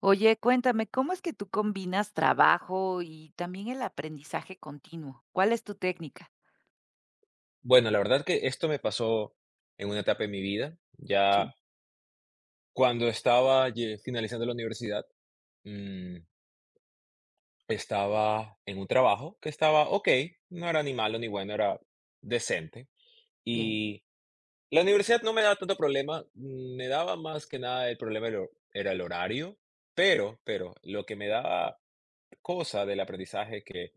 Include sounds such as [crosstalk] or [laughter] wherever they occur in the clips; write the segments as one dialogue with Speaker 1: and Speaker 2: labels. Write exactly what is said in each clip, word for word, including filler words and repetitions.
Speaker 1: Oye, cuéntame, ¿cómo es que tú combinas trabajo y también el aprendizaje continuo? ¿Cuál es tu técnica?
Speaker 2: Bueno, la verdad que esto me pasó en una etapa de mi vida. Ya
Speaker 1: Sí.
Speaker 2: cuando estaba ye- finalizando la universidad, mm, estaba en un trabajo que estaba ok, no era ni malo ni bueno, era decente.
Speaker 1: Bien.
Speaker 2: Y la universidad no me daba tanto problema, mm, me daba más que nada el problema, el ho- era el horario, pero, pero lo que me daba cosa del aprendizaje, que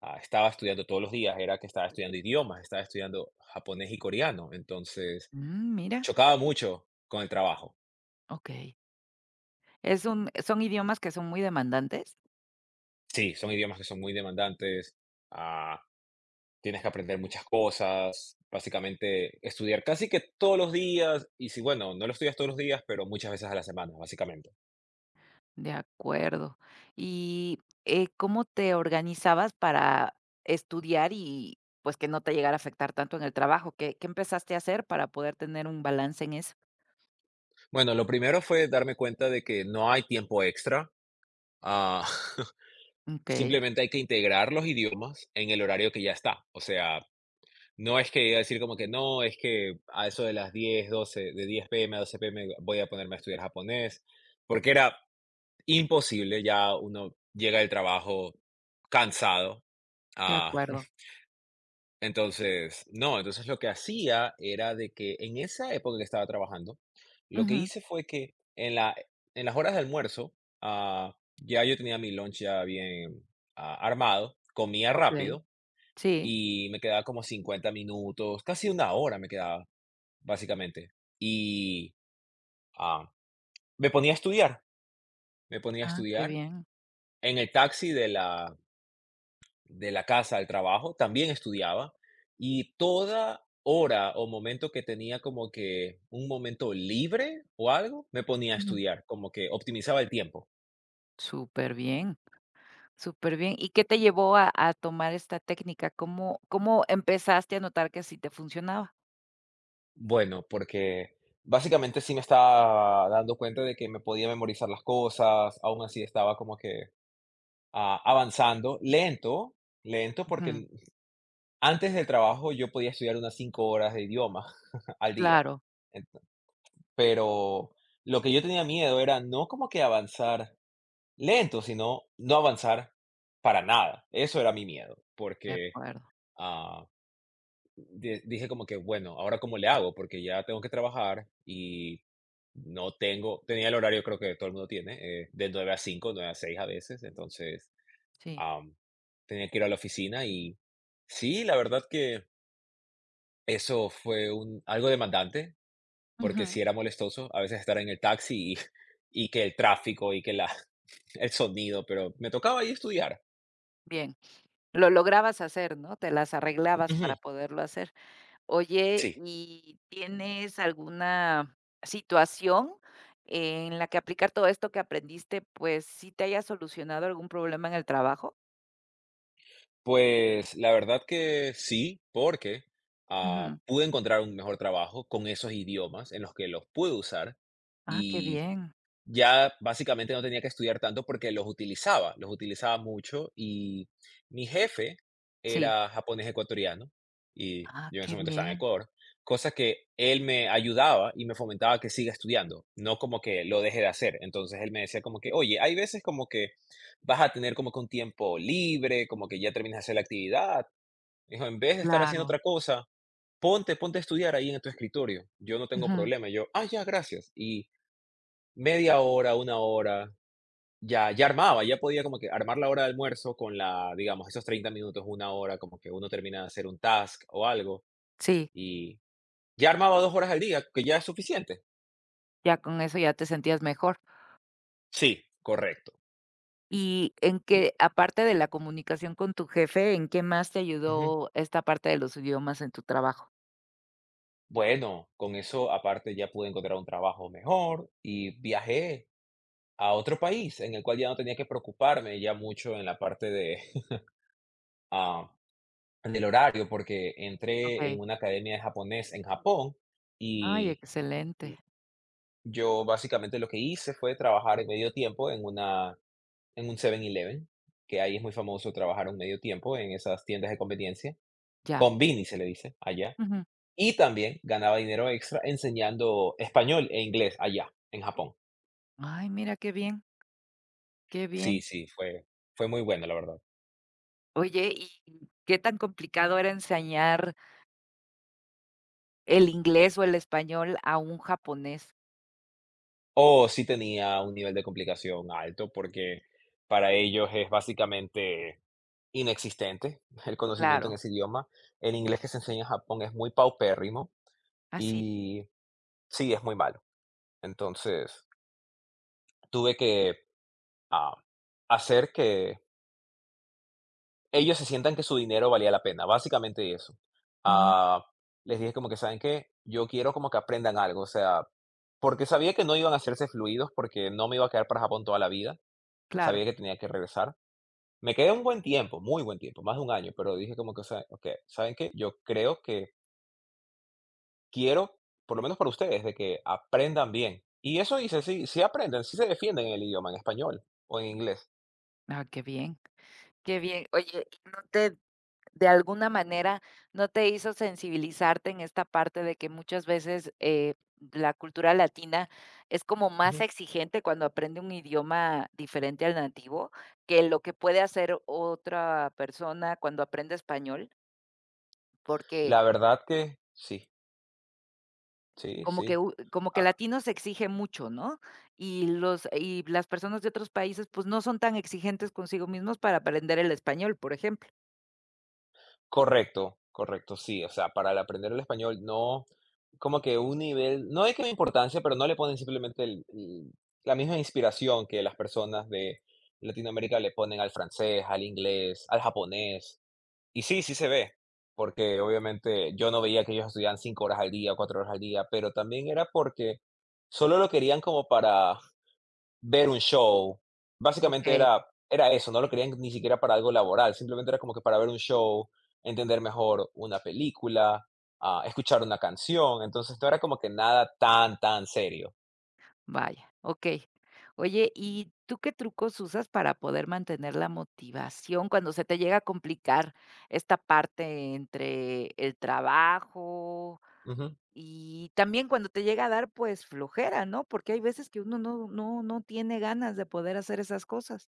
Speaker 2: ah, estaba estudiando todos los días, era que estaba estudiando idiomas, estaba estudiando japonés y coreano. Entonces
Speaker 1: Mm, mira,
Speaker 2: chocaba mucho con el trabajo.
Speaker 1: okey. Es un son idiomas que son muy demandantes.
Speaker 2: Sí, son idiomas que son muy demandantes, ah, tienes que aprender muchas cosas, básicamente estudiar casi que todos los días, y si bueno, no lo estudias todos los días, pero muchas veces a la semana, básicamente.
Speaker 1: De acuerdo. Y, eh, ¿cómo te organizabas para estudiar y, pues, que no te llegara a afectar tanto en el trabajo? ¿Qué qué empezaste a hacer para poder tener un balance en eso?
Speaker 2: Bueno, lo primero fue darme cuenta de que no hay tiempo extra, ah, [laughs]
Speaker 1: Okey,
Speaker 2: simplemente hay que integrar los idiomas en el horario que ya está, o sea. No es que decir como que no, es que a eso de las diez, doce, de diez p m a doce p m voy a ponerme a estudiar japonés, porque era imposible. Ya uno llega del trabajo cansado,
Speaker 1: de
Speaker 2: ah,
Speaker 1: acuerdo.
Speaker 2: [laughs] entonces no, entonces lo que hacía era de que, en esa época que estaba trabajando, lo que
Speaker 1: Ujú,
Speaker 2: hice fue que en la en las horas de almuerzo, ah, ya yo tenía mi lunch ya bien, ah, armado, comía
Speaker 1: okey.
Speaker 2: rápido
Speaker 1: Sí.
Speaker 2: y me quedaba como cincuenta minutos, casi una hora me quedaba, básicamente, y ah, me ponía a estudiar, me ponía a
Speaker 1: Ah, qué
Speaker 2: estudiar
Speaker 1: bien.
Speaker 2: en el taxi de la de la casa al trabajo. También estudiaba, y toda hora o momento que tenía como que un momento libre o algo, me ponía a
Speaker 1: Ujú.
Speaker 2: estudiar, como que optimizaba el tiempo.
Speaker 1: Súper bien. Súper bien. ¿Y qué te llevó a a tomar esta técnica? ¿Cómo cómo empezaste a notar que sí te funcionaba?
Speaker 2: Bueno, porque básicamente sí me estaba dando cuenta de que me podía memorizar las cosas. Aún así, estaba como que ah, avanzando lento, lento, porque
Speaker 1: Ujú,
Speaker 2: n- antes del trabajo yo podía estudiar unas cinco horas de idioma [laughs] al día.
Speaker 1: claro,
Speaker 2: Ent- pero lo que yo tenía miedo era no como que avanzar lento, sino no avanzar para nada. Eso era mi miedo,
Speaker 1: de
Speaker 2: porque
Speaker 1: acuerdo,
Speaker 2: ah, di- dije como que, bueno, ahora cómo le hago, porque ya tengo que trabajar y no tengo, tenía el horario creo que todo el mundo tiene, eh, de nueve a cinco, nueve a seis a veces. Entonces
Speaker 1: sí.
Speaker 2: am, tenía que ir a la oficina y sí, la verdad que eso fue un, algo demandante, porque
Speaker 1: Ujú,
Speaker 2: sí era molestoso a veces estar en el taxi, y, y que el tráfico y que la [laughs] el sonido, pero me tocaba ahí estudiar.
Speaker 1: bien, lo lograbas hacer, ¿no? Te las arreglabas para
Speaker 2: Ujú.
Speaker 1: poderlo hacer. Oye,
Speaker 2: Sí,
Speaker 1: ¿y tienes alguna situación en la que aplicar todo esto que aprendiste, pues, sí te haya solucionado algún problema en el trabajo?
Speaker 2: pues la verdad que sí, porque ah,
Speaker 1: Ujú.
Speaker 2: pude encontrar un mejor trabajo con esos idiomas, en los que los puedo usar,
Speaker 1: Ah, qué
Speaker 2: y
Speaker 1: bien.
Speaker 2: ya básicamente no tenía que estudiar tanto, porque los utilizaba, los utilizaba mucho. Y mi jefe
Speaker 1: Sí.
Speaker 2: era japonés ecuatoriano y
Speaker 1: Ah,
Speaker 2: yo en ese
Speaker 1: qué
Speaker 2: momento estaba en
Speaker 1: bien.
Speaker 2: Ecuador, cosa que él me ayudaba y me fomentaba que siga estudiando, no como que lo deje de hacer. Entonces él me decía como que, oye, hay veces como que vas a tener como que un tiempo libre, como que ya terminas de hacer la actividad. Dijo, en vez de estar haciendo otra
Speaker 1: Claro.
Speaker 2: cosa, ponte, ponte a estudiar ahí en tu escritorio. Yo no tengo
Speaker 1: Ujú.
Speaker 2: problema. Y yo, ah, ya, gracias. Y media hora, una hora, ya, ya armaba, ya podía como que armar la hora de almuerzo con la, digamos, esos treinta minutos, una hora, como que uno termina de hacer un task o algo,
Speaker 1: Sí.
Speaker 2: y ya armaba dos horas al día, que ya es suficiente.
Speaker 1: Ya con eso ya te sentías mejor.
Speaker 2: Sí, correcto.
Speaker 1: Y en
Speaker 2: Ya.
Speaker 1: qué, aparte de la comunicación con tu jefe, ¿en qué más te
Speaker 2: Ujú.
Speaker 1: ayudó esta parte de los idiomas en tu trabajo?
Speaker 2: Bueno, con eso aparte ya pude encontrar un trabajo mejor y viajé a otro país, en el cual ya no tenía que preocuparme ya mucho en la parte de [laughs] ah, del horario, porque entré
Speaker 1: Okey.
Speaker 2: en una academia de japonés en Japón.
Speaker 1: Ay,
Speaker 2: Y
Speaker 1: excelente.
Speaker 2: yo básicamente lo que hice fue trabajar en medio tiempo en una en un Seven eleven, que ahí es muy famoso trabajar un medio tiempo en esas tiendas de conveniencia.
Speaker 1: Ya.
Speaker 2: Konbini se le dice allá.
Speaker 1: Ujú.
Speaker 2: Y también ganaba dinero extra enseñando español e inglés allá en Japón.
Speaker 1: Ay, mira qué bien, qué bien.
Speaker 2: Sí, sí, fue fue muy bueno, la verdad.
Speaker 1: Oye, ¿y qué tan complicado era enseñar el inglés o el español a un japonés?
Speaker 2: O sí tenía un nivel de complicación alto, porque para ellos es básicamente inexistente [laughs] el conocimiento en
Speaker 1: Claro.
Speaker 2: ese idioma. El inglés que se enseña en Japón es muy paupérrimo,
Speaker 1: Así.
Speaker 2: y sí, es muy malo. Entonces tuve que ah, hacer que ellos se sientan que su dinero valía la pena, básicamente eso.
Speaker 1: Ujú,
Speaker 2: Ah, les dije como que: "¿Saben qué? Yo quiero como que aprendan algo", o sea, porque sabía que no iban a hacerse fluidos, porque no me iba a quedar para Japón toda la vida,
Speaker 1: claro.
Speaker 2: sabía que tenía que regresar. Me quedé un buen tiempo, muy buen tiempo, más de un año, pero dije como que: "O sea, okey, ¿saben qué? Yo creo que quiero, por lo menos para ustedes, de que aprendan bien". Y eso dice, sí, sí aprenden, sí se defienden en el idioma, en español o en inglés.
Speaker 1: Ah, qué bien, qué bien. Oye, ¿y no te De alguna manera, ¿no te hizo sensibilizarte en esta parte de que muchas veces eh, la cultura latina es como más
Speaker 2: Ujú.
Speaker 1: exigente cuando aprende un idioma diferente al nativo que lo que puede hacer otra persona cuando aprende español? Porque
Speaker 2: La verdad que sí, sí,
Speaker 1: como que,
Speaker 2: sí.
Speaker 1: u- como que
Speaker 2: Ah,
Speaker 1: latino se exige mucho, ¿no? Y, los, y las personas de otros países pues no son tan exigentes consigo mismos para aprender el español, por ejemplo.
Speaker 2: correcto, correcto, sí. O sea, para el aprender el español no, como que un nivel, no de que importancia, pero no le ponen simplemente el- el- la misma inspiración que las personas de Latinoamérica le ponen al francés, al inglés, al japonés. Y sí, sí se ve, porque obviamente yo no veía que ellos estudiaban cinco horas al día, cuatro horas al día, pero también era porque solo lo querían como para ver un show. Básicamente
Speaker 1: Ok.
Speaker 2: era era eso, no lo querían ni siquiera para algo laboral, simplemente era como que para ver un show, entender mejor una película, ah, escuchar una canción. Entonces no era como que nada tan, tan serio.
Speaker 1: Vaya, okey. Oye, ¿y tú qué trucos usas para poder mantener la motivación cuando se te llega a complicar esta parte entre el trabajo
Speaker 2: Ujú.
Speaker 1: y también cuando te llega a dar, pues, flojera, ¿no? Porque hay veces que uno no no no tiene ganas de poder hacer esas cosas.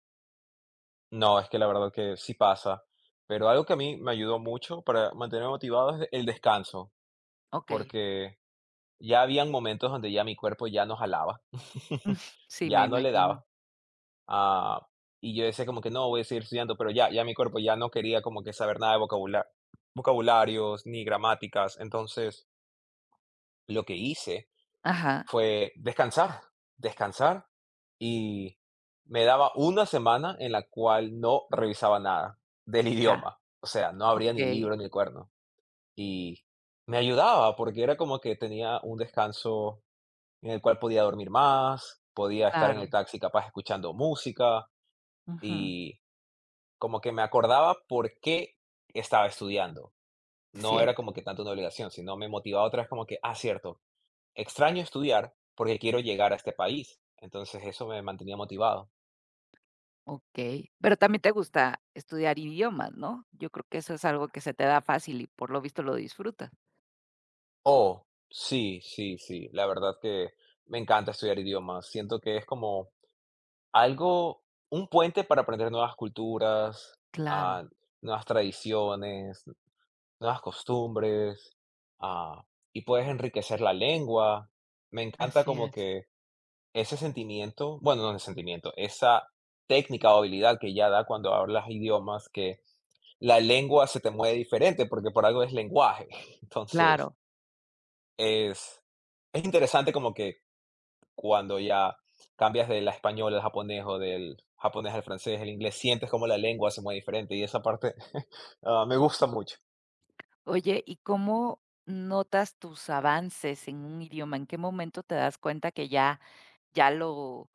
Speaker 2: No, es que la verdad que sí pasa, pero algo que a mí me ayudó mucho para mantenerme motivado es el descanso,
Speaker 1: Okey.
Speaker 2: porque ya habían momentos donde ya mi cuerpo ya no jalaba, [laughs]
Speaker 1: [laughs] Sí, me
Speaker 2: ya no le
Speaker 1: imagino.
Speaker 2: daba, ah, y yo decía como que no, voy a seguir estudiando, pero ya, ya mi cuerpo ya no quería como que saber nada de vocabula vocabularios ni gramáticas. Entonces, lo que hice
Speaker 1: Ajá,
Speaker 2: fue descansar, descansar, y me daba una semana en la cual no revisaba nada del
Speaker 1: ya,
Speaker 2: idioma, o sea, no abría ni el
Speaker 1: okey,
Speaker 2: libro ni el cuerno. Y me ayudaba, porque era como que tenía un descanso en el cual podía dormir más, podía estar en
Speaker 1: claro.
Speaker 2: el taxi capaz escuchando música,
Speaker 1: Ujú,
Speaker 2: y como que me acordaba por qué estaba estudiando. No era
Speaker 1: cierto.
Speaker 2: como que tanto una obligación, sino me motivaba otra vez como que, ah, cierto, extraño estudiar porque quiero llegar a este país. Entonces eso me mantenía motivado.
Speaker 1: Okey, pero también te gusta estudiar idiomas, ¿no? Yo creo que eso es algo que se te da fácil y por lo visto lo disfrutas.
Speaker 2: Oh, sí, sí, sí, la verdad que me encanta estudiar idiomas. Siento que es como algo, un puente para aprender nuevas culturas,
Speaker 1: Claro,
Speaker 2: ah, nuevas tradiciones, nuevas costumbres, ah, y puedes enriquecer la lengua. Me encanta
Speaker 1: así
Speaker 2: como
Speaker 1: es,
Speaker 2: que ese sentimiento, bueno, no ese sentimiento, esa técnica o habilidad que ya da cuando hablas idiomas, que la lengua se te mueve diferente, porque por algo es lenguaje. [laughs] Entonces
Speaker 1: claro.
Speaker 2: es, es interesante como que cuando ya cambias de la española al japonés, o del japonés al francés, el inglés, sientes como la lengua se mueve diferente, y esa parte [laughs] ah, me gusta mucho.
Speaker 1: Oye, ¿y cómo notas tus avances en un idioma? ¿En qué momento te das cuenta que ya ya lo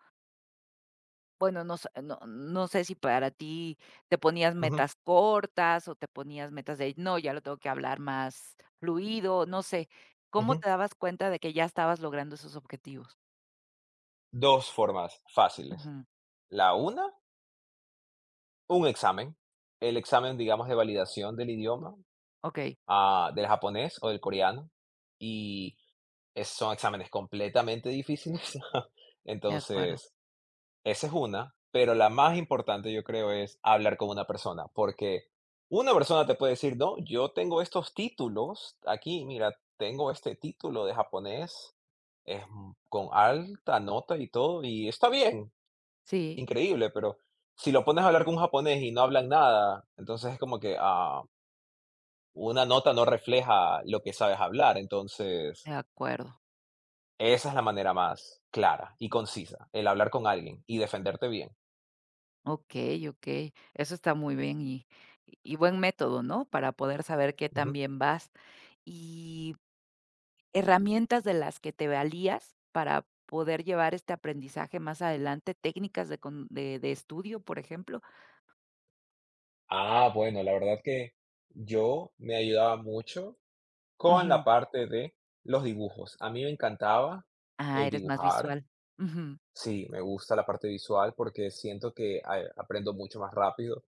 Speaker 1: bueno, no sé no no sé si para ti te ponías
Speaker 2: Ujú,
Speaker 1: metas cortas o te ponías metas de: "No, ya lo tengo que hablar más fluido", no sé. ¿Cómo
Speaker 2: ujú.
Speaker 1: te dabas cuenta de que ya estabas logrando esos objetivos?
Speaker 2: Dos formas fáciles.
Speaker 1: Ujú,
Speaker 2: La una, un examen. El examen, digamos, de validación del idioma,
Speaker 1: okey.
Speaker 2: ah, del japonés o del coreano, y es son exámenes completamente difíciles. [laughs]
Speaker 1: De acuerdo.
Speaker 2: Entonces, esa es una, pero la más importante, yo creo, es hablar con una persona, porque una persona te puede decir: "No, yo tengo estos títulos aquí, mira, tengo este título de japonés, es, mm, con alta nota y todo, y está bien".
Speaker 1: Sí,
Speaker 2: Increíble, pero si lo pones a hablar con un japonés y no hablan nada, entonces es como que, ah, una nota no refleja lo que sabes hablar.
Speaker 1: de
Speaker 2: Entonces,
Speaker 1: acuerdo.
Speaker 2: esa es la manera más clara y concisa, el hablar con alguien y defenderte bien.
Speaker 1: Okey, okey. Eso está muy bien y y buen método, ¿no? Para poder saber qué tan
Speaker 2: Ujú.
Speaker 1: bien vas. Y herramientas de las que te valías para poder llevar este aprendizaje más adelante, técnicas de con de de estudio, por ejemplo.
Speaker 2: Ah, bueno, la verdad que yo me ayudaba mucho con la
Speaker 1: Ujú.
Speaker 2: parte de los dibujos. A mí me encantaba
Speaker 1: Ah,
Speaker 2: el
Speaker 1: eres más
Speaker 2: dibujar.
Speaker 1: visual. Ujú.
Speaker 2: Sí, me gusta la parte visual porque siento que a- aprendo mucho más rápido,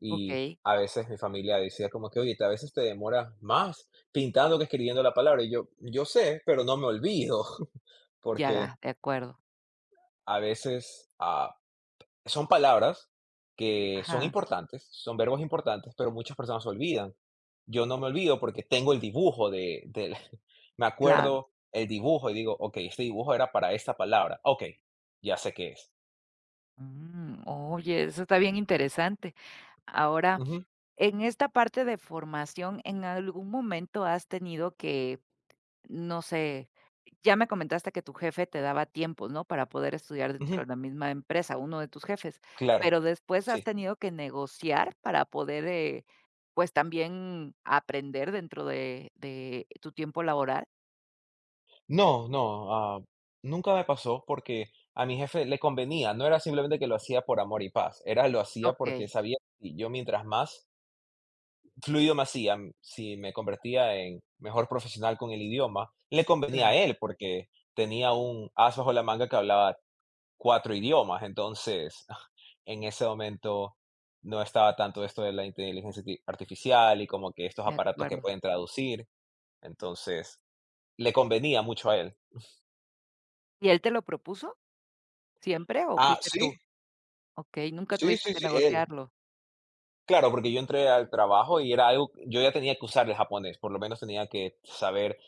Speaker 2: y
Speaker 1: Okey,
Speaker 2: a veces mi familia decía como que, oye, te- a veces te demoras más pintando que escribiendo la palabra. Y yo, yo sé, pero no me olvido [laughs] porque
Speaker 1: ya, de acuerdo.
Speaker 2: a veces ah, son palabras que son
Speaker 1: Ajá,
Speaker 2: importantes, son verbos importantes, pero muchas personas se olvidan. Yo no me olvido porque tengo el dibujo de, del- [laughs] me
Speaker 1: claro.
Speaker 2: acuerdo el dibujo y digo, ok, este dibujo era para esta palabra. Ok, ya sé qué es.
Speaker 1: Mm, oye, eso está bien interesante. Ahora
Speaker 2: Ujú,
Speaker 1: en esta parte de formación, ¿en algún momento has tenido que, no sé, ya me comentaste que tu jefe te daba tiempos, ¿no? Para poder estudiar dentro
Speaker 2: ujú.
Speaker 1: de la misma empresa, uno de tus jefes,
Speaker 2: Claro,
Speaker 1: pero después has
Speaker 2: sí.
Speaker 1: tenido que negociar para poder, eh, pues también aprender dentro de de tu tiempo laboral.
Speaker 2: No, no, ah, nunca me pasó, porque a mi jefe le convenía, no era simplemente que lo hacía por amor y paz, era, lo hacía porque
Speaker 1: Okey,
Speaker 2: sabía que yo mientras más fluido me hacía, m- si me convertía en mejor profesional con el idioma, le convenía a
Speaker 1: claro,
Speaker 2: él, porque tenía un as bajo la manga que hablaba cuatro idiomas. Entonces [laughs] en ese momento no estaba tanto esto de la inteligencia arti- artificial y como que estos
Speaker 1: de
Speaker 2: aparatos que
Speaker 1: acuerdo.
Speaker 2: pueden traducir, entonces le convenía mucho a él.
Speaker 1: ¿Y él te lo propuso siempre o
Speaker 2: Ah,
Speaker 1: fuiste
Speaker 2: sí,
Speaker 1: tú? Okey, nunca
Speaker 2: sí,
Speaker 1: tuviste
Speaker 2: sí,
Speaker 1: que
Speaker 2: sí, él.
Speaker 1: negociarlo.
Speaker 2: Claro, porque yo entré al trabajo y era algo, yo ya tenía que usar el japonés, por lo menos tenía que saber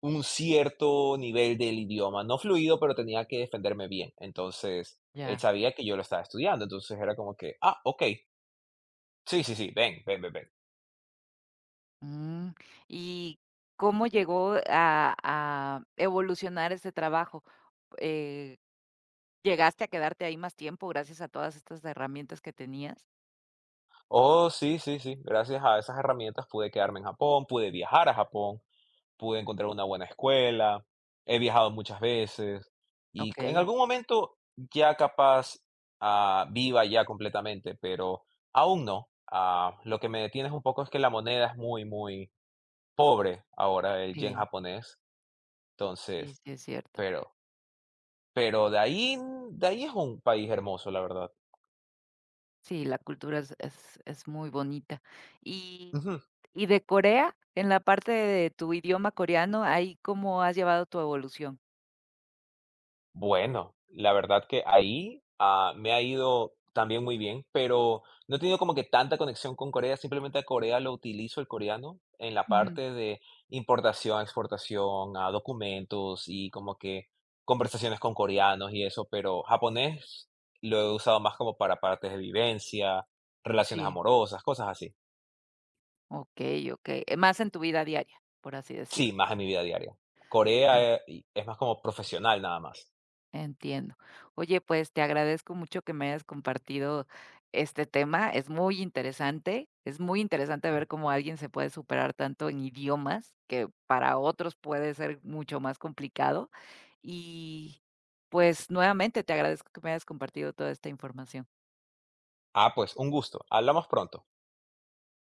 Speaker 2: un cierto nivel del idioma, no fluido, pero tenía que defenderme bien. Entonces, él
Speaker 1: Ya.
Speaker 2: sabía que yo lo estaba estudiando, entonces era como que: "Ah, okey, sí, sí, sí, ven, ven, ven, ven".
Speaker 1: Mm, ¿y cómo llegó a a evolucionar ese trabajo? Eh, ¿Llegaste a quedarte ahí más tiempo gracias a todas estas herramientas que tenías?
Speaker 2: Oh, sí, sí, sí, gracias a esas herramientas pude quedarme en Japón, pude viajar a Japón, pude encontrar una buena escuela, he viajado muchas veces, y c- en
Speaker 1: Okey,
Speaker 2: algún momento ya capaz ah, viva ya completamente, pero aún no. Ah, lo que me detiene es un poco es que la moneda es muy, muy pobre ahora, el yen
Speaker 1: sí,
Speaker 2: japonés.
Speaker 1: sí,
Speaker 2: Entonces,
Speaker 1: sí, es cierto.
Speaker 2: pero pero de ahí de ahí es un país hermoso, la verdad.
Speaker 1: Sí, la cultura es es es muy bonita. Y
Speaker 2: Ujú.
Speaker 1: y de Corea, en la parte de tu idioma coreano, ahí, ¿cómo has llevado tu evolución?
Speaker 2: Bueno, la verdad que ahí ah, me ha ido también muy bien, pero no he tenido como que tanta conexión con Corea. Simplemente a Corea lo utilizo, el coreano, en la
Speaker 1: Ujú,
Speaker 2: parte de importación, exportación, ah, documentos, y como que conversaciones con coreanos y eso, pero japonés lo he usado más como para partes de vivencia, relaciones
Speaker 1: sí,
Speaker 2: amorosas, cosas así.
Speaker 1: okey, okey, más en tu vida diaria, por así
Speaker 2: Sí,
Speaker 1: decirlo.
Speaker 2: más en mi vida diaria. Corea, eh, y es más como profesional nada más.
Speaker 1: Entiendo. Oye, pues, te agradezco mucho que me hayas compartido este tema. Es muy interesante, es muy interesante ver cómo alguien se puede superar tanto en idiomas, que para otros puede ser mucho más complicado. Y, pues, nuevamente te agradezco que me hayas compartido toda esta información.
Speaker 2: Ah, pues un gusto. Hablamos pronto.